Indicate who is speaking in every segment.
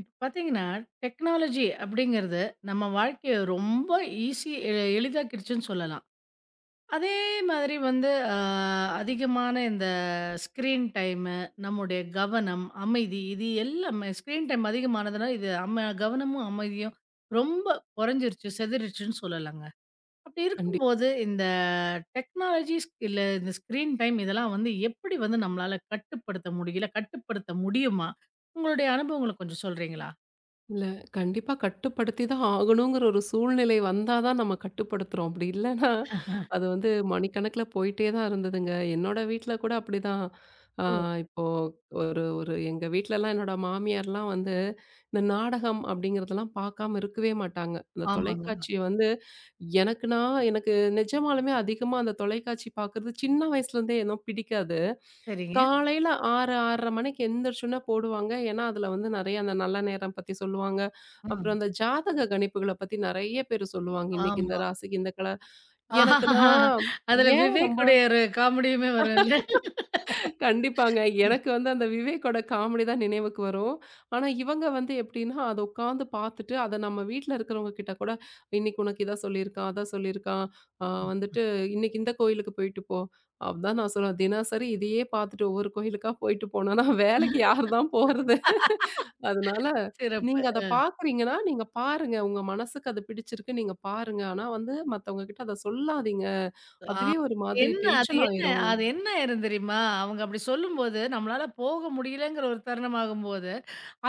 Speaker 1: இப்ப பார்த்தீங்கன்னா, டெக்னாலஜி அப்படிங்கிறது நம்ம வாழ்க்கைய ரொம்ப ஈஸி எ எளிதாக்கிடுச்சுன்னு சொல்லலாம். அதே மாதிரி வந்து அ அதிகமான இந்த ஸ்க்ரீன் டைமு, நம்முடைய கவனம், அமைதி இது எல்லாமே ஸ்க்ரீன் டைம் அதிகமானதுனால இது கவனமும், அமைதியும் ரொம்ப குறைஞ்சிருச்சு, சிதறிருச்சுன்னு சொல்லலாங்க. அப்படி
Speaker 2: கண்டிப்
Speaker 1: இருக்கும்போது இந்த டெக்னாலஜிஸ் இல்ல இந்த ஸ்க்ரீன் டைம் இதெல்லாம் வந்து எப்படி வந்து நம்மளால கட்டுப்படுத்த முடியும்? இல்ல கட்டுப்படுத்த முடியுமா? உங்களுடைய அனுபவங்கள கொஞ்சம் சொல்றீங்களா?
Speaker 2: இல்ல. கண்டிப்பா கட்டுப்படுத்தி தான் ஆகணுங்கிற ஒரு சூழ்நிலை வந்தா தான் நம்ம கட்டுப்படுத்துறோம். அப்படி இல்லன்னா, அது வந்து மணிக்கணக்குல போயிட்டே தான் இருந்ததுங்க. என்னோட வீட்ல கூட அப்படிதான். ஆ இப்போ ஒரு ஒரு எங்க வீட்லலாம் என்னோட மாமியார்லாம் வந்து, இந்த நாடகம் அப்படிங்கிறதெல்லாம் பார்க்காம இருக்கவே மாட்டாங்க. அந்த
Speaker 1: ஆமாங்க.
Speaker 2: தொலைக்காட்சிய வந்து எனக்குன்னா எனக்கு நிஜமாலுமே அதிகமா அந்த தொலைக்காட்சி பார்க்கறது சின்ன வயசுலேருந்தே ஏனோ பிடிக்காது.
Speaker 1: சரிங்க.
Speaker 2: காலையில 6, 6:30 மணிக்கு எந்திரிச்சோனே போடுவாங்க. ஏன்னா, அதுல வந்து நெறைய அந்த நல்ல நேரம் பத்தி சொல்லுவாங்க.
Speaker 1: ஆ.
Speaker 2: அப்புறம் அந்த ஜாதக கணிப்புகள பத்தி நெறைய பேரு சொல்லுவாங்க. இன்னைக்கு இந்த
Speaker 1: ஆமா.
Speaker 2: ராசிக்கு இந்த கலர். எனக்கு நான்
Speaker 1: அதுல
Speaker 2: ஏன் ரொம்ப
Speaker 1: விவேக்குடைய ஒரு காமெடியுமே வரும்ல.
Speaker 2: கண்டிப்பாங்க. எனக்கு வந்து அந்த விவேக்கோட காமெடி தான் நினைவுக்கு வரும். ஆனா, இவங்க வந்து எப்டின்னா, அத உட்கார்ந்து பார்த்துட்டு, அத நம்ம வீட்ல இருக்கிறவங்க கிட்ட கூட, "இன்னைக்கு உனக்கு இத சொல்லியிருக்கான், அத சொல்லியிருக்கான். அ வந்துட்டு இன்னைக்கு இந்த கோயிலுக்கு போயிட்டு போ." அதான் நான் சொல்லுவேன். தினசரி இதையே பார்த்துட்டு ஒவ்வொரு கோயிலுக்கா போயிட்டு போனோம்னா, வேலைக்கு யார் தான் போறது? அதனால
Speaker 1: சிறப்பு.
Speaker 2: நீங்க அத பார்க்குறீங்கன்னா, நீங்க பாருங்க. உங்க மனசுக்கு அது பிடிச்சிருக்கு, நீங்க பாருங்க. ஆனா வந்து மத்தவங்க கிட்ட அத சொல்லாதீங்க.
Speaker 1: ஆ.
Speaker 2: அதுவே ஒரு மாதிரி
Speaker 1: என்ன அது
Speaker 2: டென்ஷன்
Speaker 1: என்ன
Speaker 2: ஆயிரும்.
Speaker 1: அது என்ன ஆயிரும் தெரியுமா? அவங்க அப்படி சொல்லும்போது, நம்மளால போக முடியலங்கிற ஒரு தருணம் ஆகும்போது,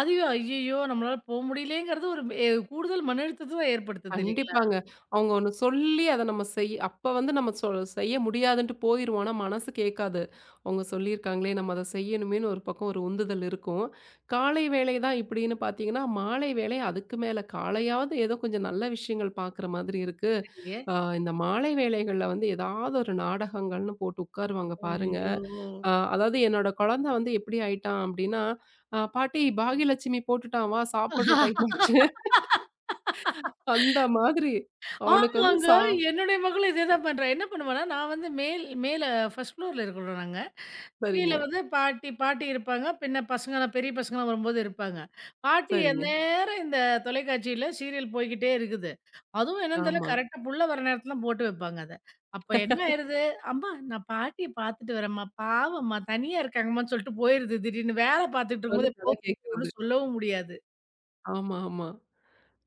Speaker 1: "ஐயோ! ஐயய்யோ! நம்மளால போ முடியலங்கிறது" ஒரு கூடுதல் மன அழுத்தத்த ஏற்படுத்துது இல்லைங்களா?
Speaker 2: கண்டிப்பாங்க. அவங்க ஒண்ணு சொல்லி அத நம்ம அப்ப வந்து நம்ம செய்ய முடியாதுன்ட்டு போயிருவோம். ஆனா மனசு கேட்காது. அவங்க சொல்லியிருக்காங்களே நம்ம அத செய்யணுமேன்னு ஒரு பக்கம் ஒரு உந்துதல் இருக்கும். காலை வேலை தான் இப்படின்னு பார்த்தீங்கன்னா, மாலை வேலை அதுக்கு மேல காலையாவது ஏதோ கொஞ்சம் நல்ல விஷயங்கள் பார்க்குற மாதிரி இருக்கு.
Speaker 1: நீங்க?
Speaker 2: இந்த மாலை வேளைகள்ல வந்து ஏதாவது ஒரு நாடகங்கள்னு போட்டு உட்காருவாங்க பாருங்க.
Speaker 1: ஐயோ!
Speaker 2: அதாவது என்னோட குழந்தை வந்து எப்படி ஆயிட்டான் அப்படின்னா, "பாட்டி பாகியலட்சுமி போட்டுட்டான் வா சாப்பிடுற டைம் ஆச்சு." அந்த மாதிரி. அவனுக்கு வந்து
Speaker 1: ஆமாங்க. என்னுடைய மகளும் இதே தான் பண்றா. என்ன பண்ணுவான்னா, நான் வந்து மேல 1 ஃப்ளோர்ல இருக்கிறோம் நாங்க. கீழ
Speaker 2: சரிங்க,
Speaker 1: வந்து பாட்டி பாட்டி இருப்பாங்க. பின்ன பசங்கலாம் பெரிய பசங்கலாம் வரும்போது இருப்பாங்க. பாட்டி
Speaker 2: சரிங்க.
Speaker 1: எந்நேரம் இந்த தொலைக்காட்சியில சீரியல் போய்க்கிட்டே இருக்குது. அதுவும் என்னன்னு தெரியல
Speaker 2: ஆமா.
Speaker 1: கரெக்ட்டா புள்ள வர நேரத்துல போட்டு வைப்பாங்க அத. அப்ப என்ன ஆயிருது, "அம்மா நான் பாட்டிய பார்த்துட்டு வரேம்மா, பாவம்மா தனியா இருக்காங்கம்மான்னு" சொல்லிட்டு போயிருது திடீர்னு. வேல பார்த்துட்டு
Speaker 2: வந்து
Speaker 1: இருக்கும்போது
Speaker 2: கதை கேட்கிறது.
Speaker 1: ஒண்ணும் சொல்லவும் முடியாது.
Speaker 2: ஆமா, ஆமா.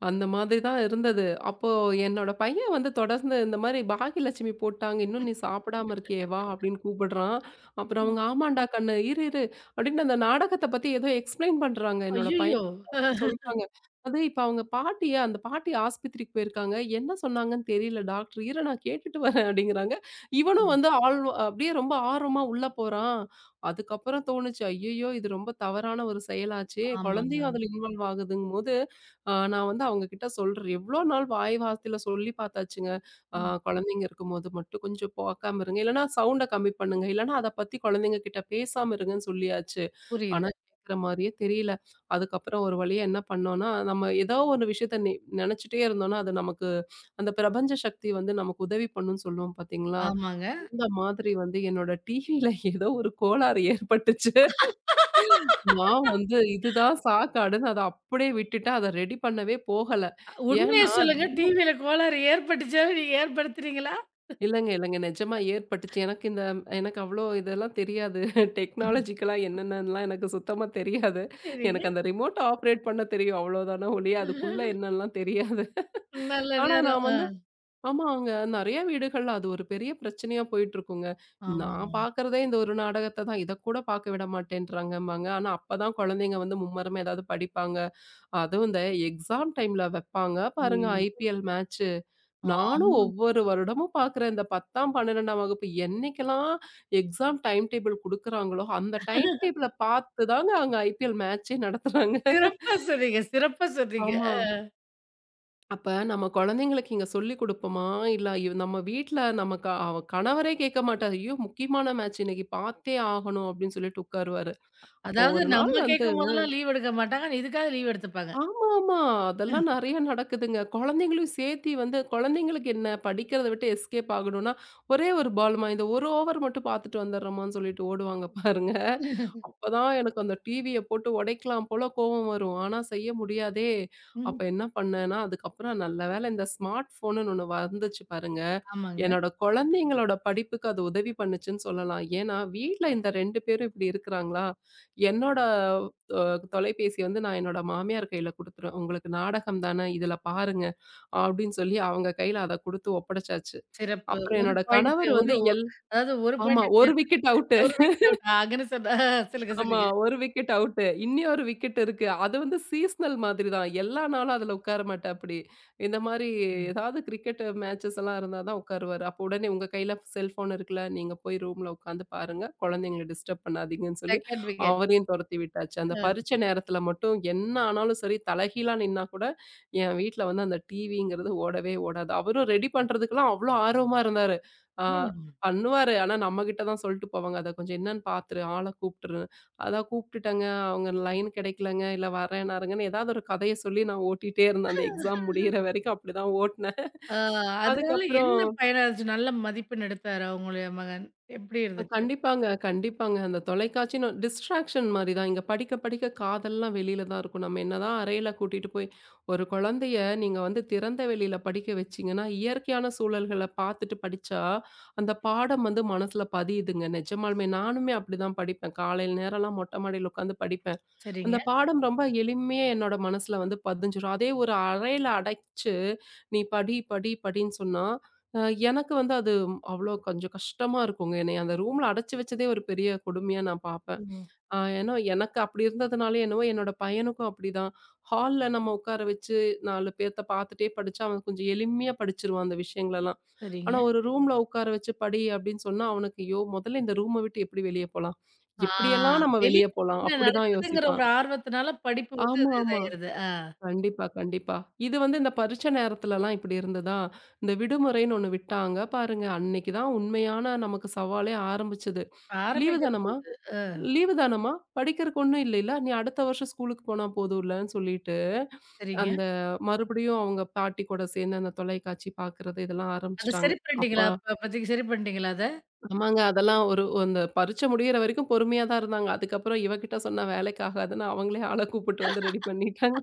Speaker 2: அந்த மாதிரி தான் இருந்தது. அப்போ என்னோட பையன் வந்து தொடர்ந்து இந்த மாரி "பாகியலட்சுமி போட்டாங்க. இன்னும் நீ சாப்பிடாம இருக்கியே வா" அப்படின்னு கூப்பிடுறான். அப்புறம் அவங்க "ஆமாண்டா கண்ணு, இரு இரு" அப்படின்னு அந்த நாடகத்த பத்தி ஏதோ எக்ஸ்ப்ளைன் பண்றாங்க என்னோட பையன்.
Speaker 1: ஐய்யயோ!
Speaker 2: அப்படிதான் சொல்றாங்க. அது இப்ப அவங்க பாட்டிய அந்த பாட்டி ஆஸ்பத்திரிக்கு போயிருக்காங்க. என்ன சொன்னாங்கன்னு தெரியல டாக்டர். இரு நான் கேட்டுட்டு வரேன் அப்படிங்கிறாங்க. இவனும் வந்து ஆள் அப்படியே ரொம்ப ஆர்வமா உள்ள போறான். அதுக்கப்புறம் தோணுச்சு, ஐயய்யோ! இது ரொம்ப தவறான ஒரு செயலாச்சே.
Speaker 1: ஆமாங்க.
Speaker 2: குழந்தையும் அதுல இன்வால்வ் ஆகுதுங்கும்போது, நான் வந்து அவங்க கிட்ட சொல்றேன். எவ்வளோ நாள் வாய் வார்த்தையில சொல்லி பார்த்தாச்சுங்க. அ
Speaker 1: ம்.
Speaker 2: குழந்தைங்க இருக்கும்போது மட்டும் கொஞ்சம் பார்க்காம இருங்க. இல்லன்னா சவுண்ட கம்மி பண்ணுங்க. இல்லன்னா அத பத்தி குழந்தைங்க கிட்ட பேசாம இருங்கன்னு சொல்லியாச்சு. ஆனா
Speaker 1: புரியுது.
Speaker 2: கேட்கிற மாரியே தெரியல. அதுக்கப்புறம் ஒரு வழியா என்ன பண்ணோம்னா, நம்ம ஏதோ ஒரு விஷயத்த நெனச்சுட்டே இருந்தோம்னா, அது நமக்கு அந்த பிரபஞ்ச சக்தி வந்து நமக்கு உதவி பண்ணும்னு சொல்லுவோம் பார்த்தீங்களா?
Speaker 1: ஆமாங்க.
Speaker 2: அந்த மாதிரி வந்து என்னோட டிவியில ஏதோ ஒரு கோளாறு ஏற்பட்டுச்சு. நான் வந்து இதுதான் சாக்காடுன்னு அத அப்படியே விட்டுட்டேன். அத ரெடி பண்ணவே போகல.
Speaker 1: உண்மைய
Speaker 2: ஏன்னா
Speaker 1: சொல்லுங்க டிவியில கோளாறு ஏற்பட்டுச்சா நீங்க ஏற்படுத்துனீங்களா?
Speaker 2: இல்லங்க, இல்லங்க. நிஜமா ஏற்பட்டுச்சு. எனக்கு எனக்கு அவ்வளோ இதெல்லாம் தெரியாது. டெக்னாலஜிக்கலா என்னென்னலாம் எனக்கு சுத்தமா தெரியாது.
Speaker 1: சரிங்க.
Speaker 2: எனக்கு அந்த ரிமோட்ட ஆப்ரேட் பண்ண தெரியும் அவ்வளோதான ஒழிய, அதுக்குள்ள என்னலாம் தெரியாது.
Speaker 1: நல்ல
Speaker 2: ஆனா நான்
Speaker 1: நேரம்.
Speaker 2: வந்து ஆமா, அங்க நெறைய வீடுகள்ல அது ஒரு பெரிய பிரச்சனையா போயிட்டுருக்குங்க. நான்
Speaker 1: ஆமாங்க.
Speaker 2: பார்க்குறதே இந்த ஒரு நாடகத்த தான். இத கூட பார்க்க விட மாட்டேன்றாங்கம்பாங்க. ஆனா அப்பதான் குழந்தைங்க வந்து மும்மரமா ஏதாவது படிப்பாங்க. அதுவும் இந்த எக்ஸாம் டைம்ல வைப்பாங்க பாருங்க
Speaker 1: ஐயோ!
Speaker 2: IPL match. நானும்
Speaker 1: ஆமாங்க.
Speaker 2: ஒவ்வொரு வருடமும் பார்க்குறேன். இந்த 10ஆம், 12ஆம் வகுப்பு என்னைக்கெல்லாம் எக்ஸாம் டைம் டேபிள் குடுக்குறாங்களோ, அந்த டைம் டேபிள பார்த்து தாங்க அங்க ஐபிஎல் மேட்ச்சே நடத்துறாங்க.
Speaker 1: சிறப்பா சொன்னீங்க, சிறப்பா சொன்னீங்க.
Speaker 2: ஆமா. அப்ப நம்ம குழந்தைங்களுக்கு இங்க சொல்லிக் குடுப்போமா? இல்ல நம்ம வீட்ல நம்ம அவ கணவரே கேட்க மாட்டாரு. "ஐயோ! முக்கியமான மேட்ச் இன்னைக்கு பார்த்தே ஆகணும்" அப்படின்னு சொல்லிட்டு உட்காருவாரு. அப்போ
Speaker 1: அதாவது
Speaker 2: ஒரு நாள்
Speaker 1: நம்ம
Speaker 2: வந்து
Speaker 1: கேட்கும்போதெல்லாம் லீவ் எடுக்க மாட்டாங்க. ஆனா இதுக்காக லீவ் எடுத்துப்பாங்க.
Speaker 2: ஆமாமா. அதெல்லாம் நெறைய நடக்குதுங்க. குழந்தைங்களையும் சேர்த்தி வந்து குழந்தைங்களுக்கு என்ன படிக்கிறத விட்டு எஸ்கேப் ஆகணும்னா, ஒரே ஒரு பால்மா இந்த ஒரு ஓவர் மட்டும் பார்த்துட்டு வந்துடுறோமான்னு சொல்லிட்டு ஓடுவாங்க பாருங்க. அப்பதான் எனக்கு அந்த டிவிய போட்டு உடைக்கலாம் போல கோவம் வரும். ஆனா செய்ய முடியாதே. அப்ப
Speaker 1: ம்.
Speaker 2: என்ன பண்ணேன்னா, அதுக்கப்புறம் நல்ல வேளை இந்த ஸ்மார்ட் ஃபோனுன்னு ஒண்ணு வந்துச்சு பாருங்க.
Speaker 1: ஆமாங்க.
Speaker 2: என்னோட குழந்தைங்களோட படிப்புக்கு அது உதவி பண்ணுச்சுன்னு சொல்லலாம். ஏன்னா வீட்ல இந்த 2 பேரும் இப்படி இருக்கிறாங்களா, என்னோட தொ தொலைபேசிய வந்து நான் என்னோட மாமியார் கையில குடுத்துருவேன். உங்களுக்கு நாடகம் தானே, இதுல பாருங்க. அப்படின்னு சொல்லி அவங்க கையில அத குடுத்து ஒப்படைச்சாச்சு.
Speaker 1: சிறப்பு.
Speaker 2: அப்புறம்
Speaker 1: ஒரு
Speaker 2: என்னோட
Speaker 1: பாயிண்ட்
Speaker 2: கணவர்
Speaker 1: ஒரு
Speaker 2: வந்து
Speaker 1: ஒ அதாவது ஒரு
Speaker 2: ஆமா.
Speaker 1: Point
Speaker 2: 1
Speaker 1: clear
Speaker 2: wicket out.
Speaker 1: ஒரு விக்கெட் அவுட் அங்கன்னு சொன்னா சொல்லுங்க,
Speaker 2: ஆமா.
Speaker 1: சொல்லுங்க.
Speaker 2: 1 விக்கெட் அவுட்டு. இன்னியொரு விக்கெட் இருக்கு. அது வந்து சீஸ்னல் மாதிரி தான். எல்லா நாளும் அதுல உட்கார மாட்டாப்டி. இந்த மாரி
Speaker 1: ம்.
Speaker 2: ஏதாவது கிரிக்கெட் மேட்சஸ் எல்லாம் இருந்தா தான் உட்காருவாரு. அப்போ உடனே உங்க கையில செல்ஃபோன் இருக்குல்ல. நீங்க போய் ரூம்ல உட்காந்து பாருங்க. குழந்தைங்கள டிஸ்டர்ப் பண்ணாதீங்கன்னு சொல்லி
Speaker 1: செகண்ட் விக்கெட்.
Speaker 2: அவரையும் தொரத்தி விட்டாச்சு. அந்த
Speaker 1: அ.
Speaker 2: பரீட்சை நேரத்துல மட்டும் என்ன ஆனாலும் சரி, தலைகீழா நின்னா கூட என் வீட்ல வந்து அந்த டிவிங்கிறது ஓடவே ஓடாது. அவரும் ரெடி பண்றதுக்கெல்லாம் அவ்ளோ ஆர்வமா இருந்தாரு. ஆ
Speaker 1: ம்.
Speaker 2: பண்ணுவாரு. ஆனா நம்மகிட்ட தான் சொல்ட்டு போவாங்க. "அத கொஞ்சம் என்னன்னு பாத்துரு. ஆள கூப்ட்டுரு." அதான் கூப்பிட்டுட்டேங்க. அவங்க லைன் கிடைக்கலங்க, இல்ல வரேன்னாருங்கன்னு ஏதாவது ஒரு கதைய சொல்லி நான் ஓட்டிட்டே இருந்தேன். அந்த எக்ஸாம் முடியிற வரைக்கும் அப்படிதான் ஓட்டுனேன்.
Speaker 1: ஆ அதனால
Speaker 2: அதுக்கப்புறம்
Speaker 1: என்ன பயனாச்சு? நல்ல மதிப்பெண் எடுத்தாரா உங்களுடைய மகன்? எப்படி இருந்துச்சு?
Speaker 2: கண்டிப்பாங்க, கண்டிப்பாங்க. அந்த தொலைக்காட்சின்னு டிஸ்ட்ராக்ஷன் மாரி தான். இங்க படிக்க படிக்க காதெல்லாம் வெளியில தான் இருக்கும். நம்ம என்னதான் அறையில கூட்டிட்டு போய் ஒரு குழந்தைய நீங்க வந்து திறந்த வெளியில படிக்க வச்சீங்கன்னா, இயற்கையான சூழல்கள பார்த்துட்டு படிச்சா, அந்த பாடம் வந்து மனசுல பதியுதுங்க. நிஜமாலுமே நானுமே அப்படிதான் படிப்பேன். காலையில நேரம்லாம் மொட்டை மாடியில உட்காந்து படிப்பேன். அந்த
Speaker 1: சரிங்க.
Speaker 2: பாடம் ரொம்ப எளிமையா என்னோட மனசுல வந்து பதிஞ்சிரும். அதே ஒரு அறையில அடைச்சு நீ படி, படி, படின்னு சொன்னா, அ எனக்கு வந்து அது அவ்ளோ கொஞ்சம் கஷ்டமா இருக்குங்க. என்னைய அந்த ரூம்ல அடைச்சு வச்சதே ஒரு பெரிய கொடுமையா நான் பார்ப்பேன்.
Speaker 1: ம்.
Speaker 2: ஏன்னா எனக்கு அப்படி இருந்ததுனாலயே என்னவோ, என்னோட பையனுக்கும் அப்படிதான். ஹால்ல நம்ம உட்கார வச்சு 4 பேத்த பார்த்துட்டே படிச்சா, அவன் கொஞ்சம் எளிமையா படிச்சுருவான் அந்த விஷயங்களெல்லாம். ஆனா
Speaker 1: சரிங்க.
Speaker 2: ஒரு ரூம்ல உட்கார வச்சு படி அப்படின்னு சொன்னா, அவனுக்கு ஐயோ! முதல்ல இந்த ரூம விட்டு எப்படி வெளிய போலாம்?
Speaker 1: ஆ
Speaker 2: எப்படியெல்லாம் நம்ம
Speaker 1: வெளில
Speaker 2: வெளிய போலாம்?
Speaker 1: என்ன
Speaker 2: அப்படிதான்
Speaker 1: நடக்குதுங்கிற
Speaker 2: யோசிப்பான்.
Speaker 1: ஒரு ஆர்வத்தினால படிப்பு வந்து
Speaker 2: ஆமா,
Speaker 1: அது
Speaker 2: ஆமா.
Speaker 1: இதாயிருது.
Speaker 2: கண்டிப்பா, கண்டிப்பா. இது வந்து இந்த பரீட்சை நேரத்துலலாம் இப்படி இருந்ததா? இந்த விடுமுறைன்னு ஒண்ணு விட்டாங்க. பாருங்க அன்னைக்கு தான் உண்மையான நமக்கு சவாலே ஆரம்பிச்சது. லீவு தானம்மா?
Speaker 1: ஆரம்பிக்கும்போது
Speaker 2: லீவு தானம்மா? படிக்கிறக்கு ஒண்ணும் இல்லைல்ல? நீ அடுத்த வருஷம் ஸ்கூலுக்கு போனா போதும்லன்னு சொல்லிட்டு,
Speaker 1: சரிங்க.
Speaker 2: அந்த மறுபடியும் அவங்க பாட்டி கூட சேர்ந்து அந்த தொலைக்காட்சி பார்க்கறது இதெல்லாம்
Speaker 1: அத
Speaker 2: ஆரம்பிச்சுட்டாங்க.
Speaker 1: சரி
Speaker 2: அப்ப
Speaker 1: பண்ணிட்டீங்களா? அப்ப அப்பதைக்கு சரி பண்ணிட்டீங்களா அத?
Speaker 2: ஆமாங்க அதெல்லாம் ஒரு அந்த பரீட்சை முடியிற வரைக்கும் பொறுமையா தான் இருந்தாங்க. அதுக்கப்புறம் இவ கிட்ட சொன்னா வேலைக்கு ஆகாதுன்னு அவங்களே ஆள கூப்பிட்டு வந்து ரெடி பண்ணிட்டாங்க.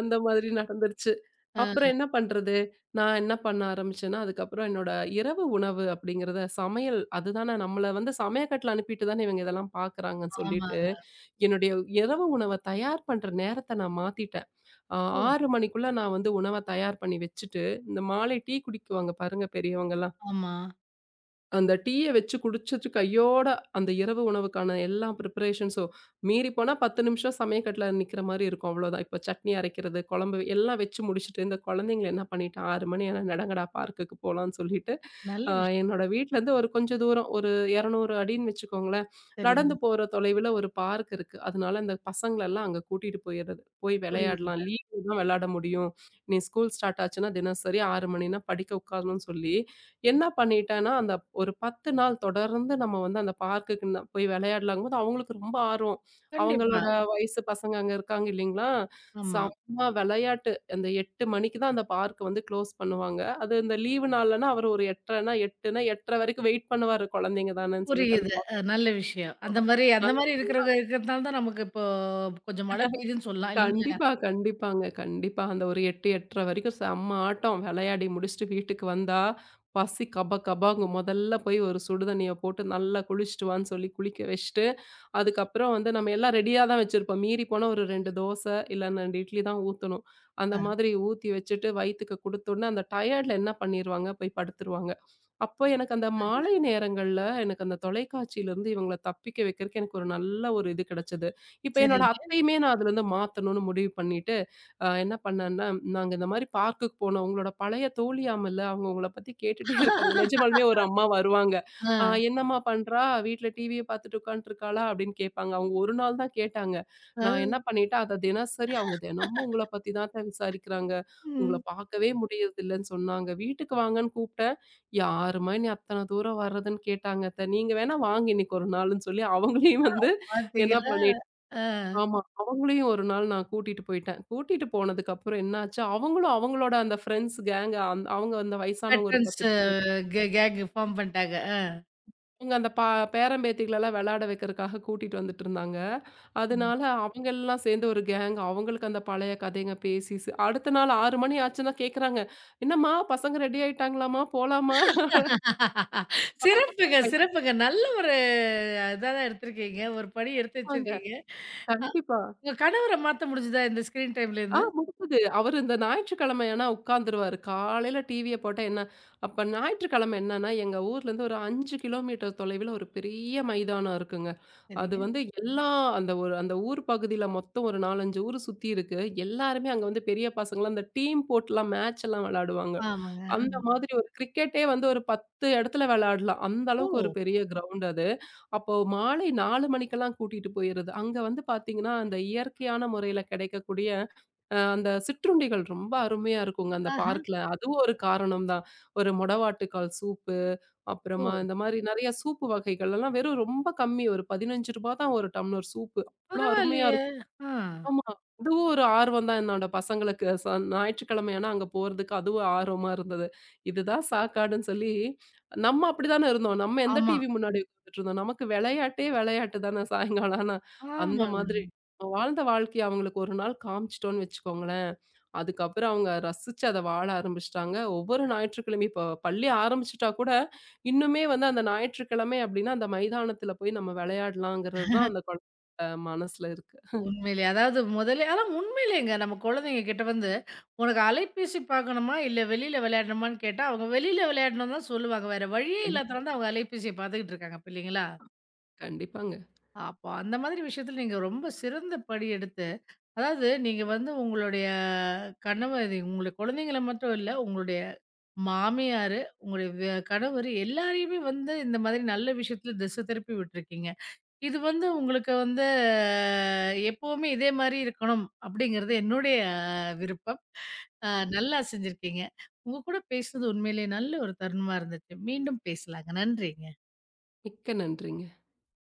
Speaker 2: அந்த மாதிரி நடந்துருச்சு.
Speaker 1: அ
Speaker 2: அப்புறம் என்ன பண்றது? நான் என்ன பண்ண ஆரம்பிச்சேன்னா, அதுக்கப்புறம் என்னோட இரவு உணவு அப்படிங்கிறத சமையல் அதுதானே நம்மள வந்து சமையக்கட்டுல அனுப்பிட்டு தானே இவங்க இதெல்லாம் பார்க்குறாங்கன்னு சொல்லிட்டு,
Speaker 1: ஆமாங்க.
Speaker 2: என்னுடைய இரவு உணவ தயார் பண்ற நேரத்த நான் மாத்திட்டேன். அ
Speaker 1: ஓ!
Speaker 2: 6 மணிக்குள்ள நான் வந்து உணவ தயார் பண்ணி வச்சுட்டு, இந்த மாலை டீ குடிக்குவாங்க பாருங்க பெரியவங்கலாம்.
Speaker 1: ஆமா.
Speaker 2: அந்த டீய வச்சு குடிச்சிட்டு கையோட அந்த இரவு உணவுக்கான எல்லா ப்ரிப்பரேஷன்ஸும் மீறி போனா 10 நிமிஷம் சமயக்கட்டுல நிக்கிற மாரி இருக்கும். அவ்வளோதான். இப்ப சட்னி அரைக்கிறது, குழம்பு எல்லாம் வச்சு முடிச்சுட்டு, இந்த குழந்தைங்கள என்ன பண்ணிட்டேன் 6 மணி ஆனா நடங்கடா பார்க்குக்கு போலான்னு சொல்லிட்டு,
Speaker 1: நல்ல
Speaker 2: அ
Speaker 1: விஷயம்.
Speaker 2: என்னோட வீட்லருந்து ஒரு கொஞ்சம் தூரம் ஒரு 200 அடின்னு வச்சுக்கோங்களேன்.
Speaker 1: சரிங்க.
Speaker 2: நடந்து போற தொலைவுல ஒரு பார்க் இருக்கு. அதனால அந்த பசங்களெல்லாம் அங்க கூட்டிட்டு போயிறது. போய் விளையாடலாம்.
Speaker 1: புரியுது.
Speaker 2: லீவ்ல தான் விளையாட முடியும். நீ ஸ்கூல் ஸ்டார்ட் ஆச்சுன்னா தினசரி 6 மணினா படிக்க உட்காரணும்னு சொல்லி என்ன பண்ணிட்டேன்னா, அந்த ஒரு 10 நாள் தொடர்ந்து நம்ம வந்து அந்த பார்க்குக்கு போய் விளையாடலாங்கும்போது, அவங்களுக்கு ரொம்ப ஆர்வம்.
Speaker 1: கண்டிப்பா.
Speaker 2: அவங்களோட வயசு பசங்க அங்க இருக்காங்க இல்லைங்களா?
Speaker 1: ஆமா.
Speaker 2: செம்ம விளையாட்டு. அந்த 8 மணிக்கு தான் அந்த பார்க் வந்து க்ளோஸ் பண்ணுவாங்க. அது இந்த லீவு நாள்லன்னா, அவரு ஒரு 8:30ன்னா 8ன்னா 8:30 வரைக்கும் வெயிட் பண்ணுவாரு. குழந்தைங்க தானேன்னு சொல்லிட்டு அந்த
Speaker 1: புரியுது. அ நல்ல விஷயம். அந்த மாரி அந்த மாரி இருக்கிறவங்க இருக்கிறதுனால தான் நமக்கு இப்போ கொஞ்சம் மழை பெய்யுதுன்னு சொல்லலாம் இல்லைங்களா?
Speaker 2: கண்டிப்பா, கண்டிப்பாங்க. கண்டிப்பா. அந்த ஒரு 8, 8:30 வரைக்கும் செம்ம ஆட்டம். விளையாடி முடிச்சுட்டு வீட்டுக்கு வந்தா, பசி கப கபாங்கும். முதல்ல போய் ஒரு சுடு தண்ணிய போட்டு நல்லா குளிச்சுட்டு வான்னு சொல்லி குளிக்க வச்சுட்டு, அதுக்கப்புறம் வந்து நம்ம எல்லாம் ரெடியா தான் வச்சிருப்போம். மீறி போனா ஒரு 2 தோசை, இல்ல 2 இட்லி தான் ஊத்தணும். அந்த
Speaker 1: அ
Speaker 2: மாதிரி ஊத்தி வச்சுட்டு வயித்துக்கு குடுத்தோனே, அந்த டயர்ட்ல என்ன பண்ணிருவாங்க, போய் படுத்துருவாங்க. அப்போ எனக்கு அந்த
Speaker 1: நல்ல
Speaker 2: மாலை நேரங்கள்ல, எனக்கு அந்த தொலைக்காட்சியிலருந்து இவங்கள தப்பிக்க வைக்கிறக்கு எனக்கு ஒரு நல்ல ஒரு இது கிடைச்சது. இப்ப என்னோட
Speaker 1: சரிங்க.
Speaker 2: அத்தையுமே நான் அதுலருந்து மாத்தணும்னு முடிவு பண்ணிட்டு, என்ன பண்ணேன்னா, நாங்க இந்த மாரி பார்க்குக்கு போனோம். உங்களோட பழைய தோழியாமல்ல, அவங்க உங்கள பத்தி கேட்டுட்டே இருக்காங்க. நிஜமாலுமே ஒரு அம்மா வருவாங்க.
Speaker 1: ஆ,
Speaker 2: என்னம்மா பண்றா? வீட்ல டிவிய பார்த்துட்டு உட்காந்துட்டுருக்காளா?" அப்படின்னு கேட்பாங்க. அவங்க ஒரு நாள் தான் கேட்டாங்க.
Speaker 1: ஆ,
Speaker 2: நான் என்ன பண்ணிட்டேன், அத தினசரி அவங்க தினமும் உங்கள பத்தி தான் அத்த விசாரிக்கிறாங்க. உங்கள
Speaker 1: ம்.
Speaker 2: பார்க்கவே முடியறதில்லன்னு சொன்னாங்க. வீட்டுக்கு வாங்கன்னு கூப்பிட்டேன். யாரும்மா என்னைய அத்தன தூரம் வர்றதுன்னு கேட்டாங்க அத்த. நீங்க வேணா வாங்க இன்னைக்கு ஒரு நாளுன்னு சொல்லி, அவங்களையும் வந்து என்ன
Speaker 1: பார்த்தீங்களா?
Speaker 2: பண்ணிட்டேன்
Speaker 1: ஆ
Speaker 2: ஆமா. அவங்களையும் ஒரு நாள் நான் கூட்டிட்டு போயிட்டேன். கூட்டிட்டு போனதுக்கப்புறம் என்னாச்சு, அவங்களும் அவங்களோட அந்த ஃப்ரெண்ட்ஸ் கேங்க அவங்க அந்த வயசானவங்க ஒரு
Speaker 1: வெட்ரன்ஸ்
Speaker 2: 10
Speaker 1: அ
Speaker 2: பேர்.
Speaker 1: கே கேங் ஃபார்ம் பண்ணிட்டாங்க.
Speaker 2: அவங்க அந்த பேரன் பேத்திகளெல்லாம் வெளாட வைக்கிறதுக்காக கூட்டிட்டு வந்துட்டு இருந்தாங்க.
Speaker 1: அ.
Speaker 2: அதனால அவங்க எல்லாம் சேர்ந்து ஒரு கேங். அவங்களுக்கு அந்த பழைய கதைங்க பேசி அடுத்த நாள் 6 மணி ஆச்சுன்னா கேட்குறாங்க, "என்னம்மா பசங்க ரெடி ஆயிட்டாங்களாம்மா? போலாமா?"
Speaker 1: சிறப்புங்க, சிறப்புங்க. நல்ல ஒரு இதா தான் எடுத்திருக்கீங்க. ஒரு படி எடுத்து வச்சிருக்கீங்க.
Speaker 2: கண்டிப்பாங்க.
Speaker 1: உங்க கணவர மாத்த முடிஞ்சுதா இந்த ஸ்கிரீன் டைம்ல
Speaker 2: ஆ
Speaker 1: இருந்து?
Speaker 2: முடிஞ்சுது. அவரு இந்த ஞாயிற்றுக்கிழமை ஆனா உட்காந்துருவாரு. காலையில டிவிய போட்டா என்ன அப்ப ஞாயிற்றுக்கிழமை என்னன்னா, எங்க ஊர்லேருந்து ஒரு 5 கிலோமீட்டர் தொலைவில ஒரு பெரிய மைதானம் இருக்குங்க. அது
Speaker 1: சரிங்க.
Speaker 2: வந்து எல்லா அந்த ஒரு அந்த ஊர் பகுதியில மொத்தம் ஒரு 4, 5 ஊர் சுத்தி இருக்கு. எல்லாருமே அங்க வந்து பெரிய பசங்கலாம் அந்த டீம் போட்டுலாம் மேட்ச் எல்லாம் விளையாடுவாங்க. ம்.
Speaker 1: ஆமாங்க.
Speaker 2: அந்த மாதிரி ஒரு கிரிக்கெட்டே வந்து ஒரு 10 இடத்துல விளையாடலாம். அந்த
Speaker 1: ஓ!
Speaker 2: அளவுக்கு ஒரு பெரிய கிரவுண்ட் அது. அப்போ மாலை 4 மணிக்கெல்லாம் கூட்டிட்டு போயிருது. அங்க வந்து பார்த்தீங்கன்னா, அந்த இயற்கையான முறையில கிடைக்கக்கூடிய அந்த சிற்றுண்டிகள் ரொம்ப அருமையா இருக்குங்க அந்த
Speaker 1: ஆஹா.
Speaker 2: பார்க்ல. அதுவும் ஒரு காரணம் தான். ஒரு மொடவாட்டுக்கால் சூப்பு,
Speaker 1: ஓ!
Speaker 2: அப்புறமா இந்த மாரி நெறைய சூப்பு வகைகள் எல்லாம் வெறும் ரொம்ப கம்மி. ஒரு ரூ. 15 தான் ஒரு டம்ளர் சூப்பு. அவ்ளோ அருமையா
Speaker 1: பரவாயில்லையே!
Speaker 2: இருக்கும்.
Speaker 1: ஆ.
Speaker 2: ஆமா. அதுவும் ஒரு ஆர்வம் தான் என்னோட பசங்களுக்கு. ஞாயிற்றுக்கிழமை ஆனா அங்க போறதுக்கு அதுவும் ஆர்வமா இருந்தது. இதுதான் சாக்காடுன்னு சொல்லி நம்ம அப்படித்தானே இருந்தோம். நம்ம எந்த
Speaker 1: ஆமா.
Speaker 2: டிவி முன்னாடி உட்கார்ந்துட்டு இருந்தோம். நமக்கு விளையாட்டே விளையாட்டு தானே சாயங்காலம் ஆனா. அந்த
Speaker 1: ஆமாங்க.
Speaker 2: மாதிரி நம்ம வாழ்ந்த வாழ்க்கைய அவங்களுக்கு ஒரு நாள் காமிச்சுட்டோம்னு வச்சுக்கோங்களேன், அதுக்கப்புறம் அவங்க ரசிச்சு அத வாழ ஆரம்பிச்சுட்டாங்க. ஒவ்வொரு ஞாயிற்றுக்கிழமையும் இப்போ பள்ளி ஆரம்பிச்சுட்டா கூட, இன்னுமே வந்து அந்த ஞாயிற்றுக்கிழமை அப்படின்னா அந்த மைதானத்தில போய் நம்ம விளையாடலாங்கிறது தான் அந்த குழந்தை மனசுல இருக்கு.
Speaker 1: உண்மையிலே. அதாவது முதலே ஆனா உண்மையிலேங்க நம்ம குழந்தைங்க கிட்ட வந்து, "உனக்கு அலைபேசி பார்க்கணுமா? இல்ல வெளியில விளையாடணுமான்னு?" கேட்டா, அவங்க வெளியில விளையாடணும்னு தான் சொல்லுவாங்க. வேற வழியே இல்லாதனால தான் அவங்க அலைபேசிய பார்த்துக்கிட்டு இருக்காங்க. அப்ப இல்லைங்களா?
Speaker 2: கண்டிப்பாங்க.
Speaker 1: அப்போ அந்த மாதிரி விஷயத்துல நீங்க ரொம்ப சிறந்த படி எடுத்து, அதாவது நீங்க வந்து உங்களுடைய கணவர் இது உங்களுடைய குழந்தைங்கள மட்டும் இல்ல, உங்களுடைய மாமியாரு, உங்களுடைய கணவரு எல்லாரையுமே வந்து இந்த மாதிரி நல்ல விஷயத்துல திசை திருப்பி விட்டுருக்கீங்க. இது வந்து உங்களுக்கு வந்து எப்பவுமே இதே மாரி இருக்கணும் அப்படிங்கிறது என்னுடைய விருப்பம். அ நல்லா செஞ்சிருக்கீங்க. உங்க கூட பேசுனது உண்மையிலேயே நல்ல ஒரு தருணமா இருந்துச்சு. மீண்டும் பேசலாங்க. நன்றி.
Speaker 2: மிக்க நன்றிங்க.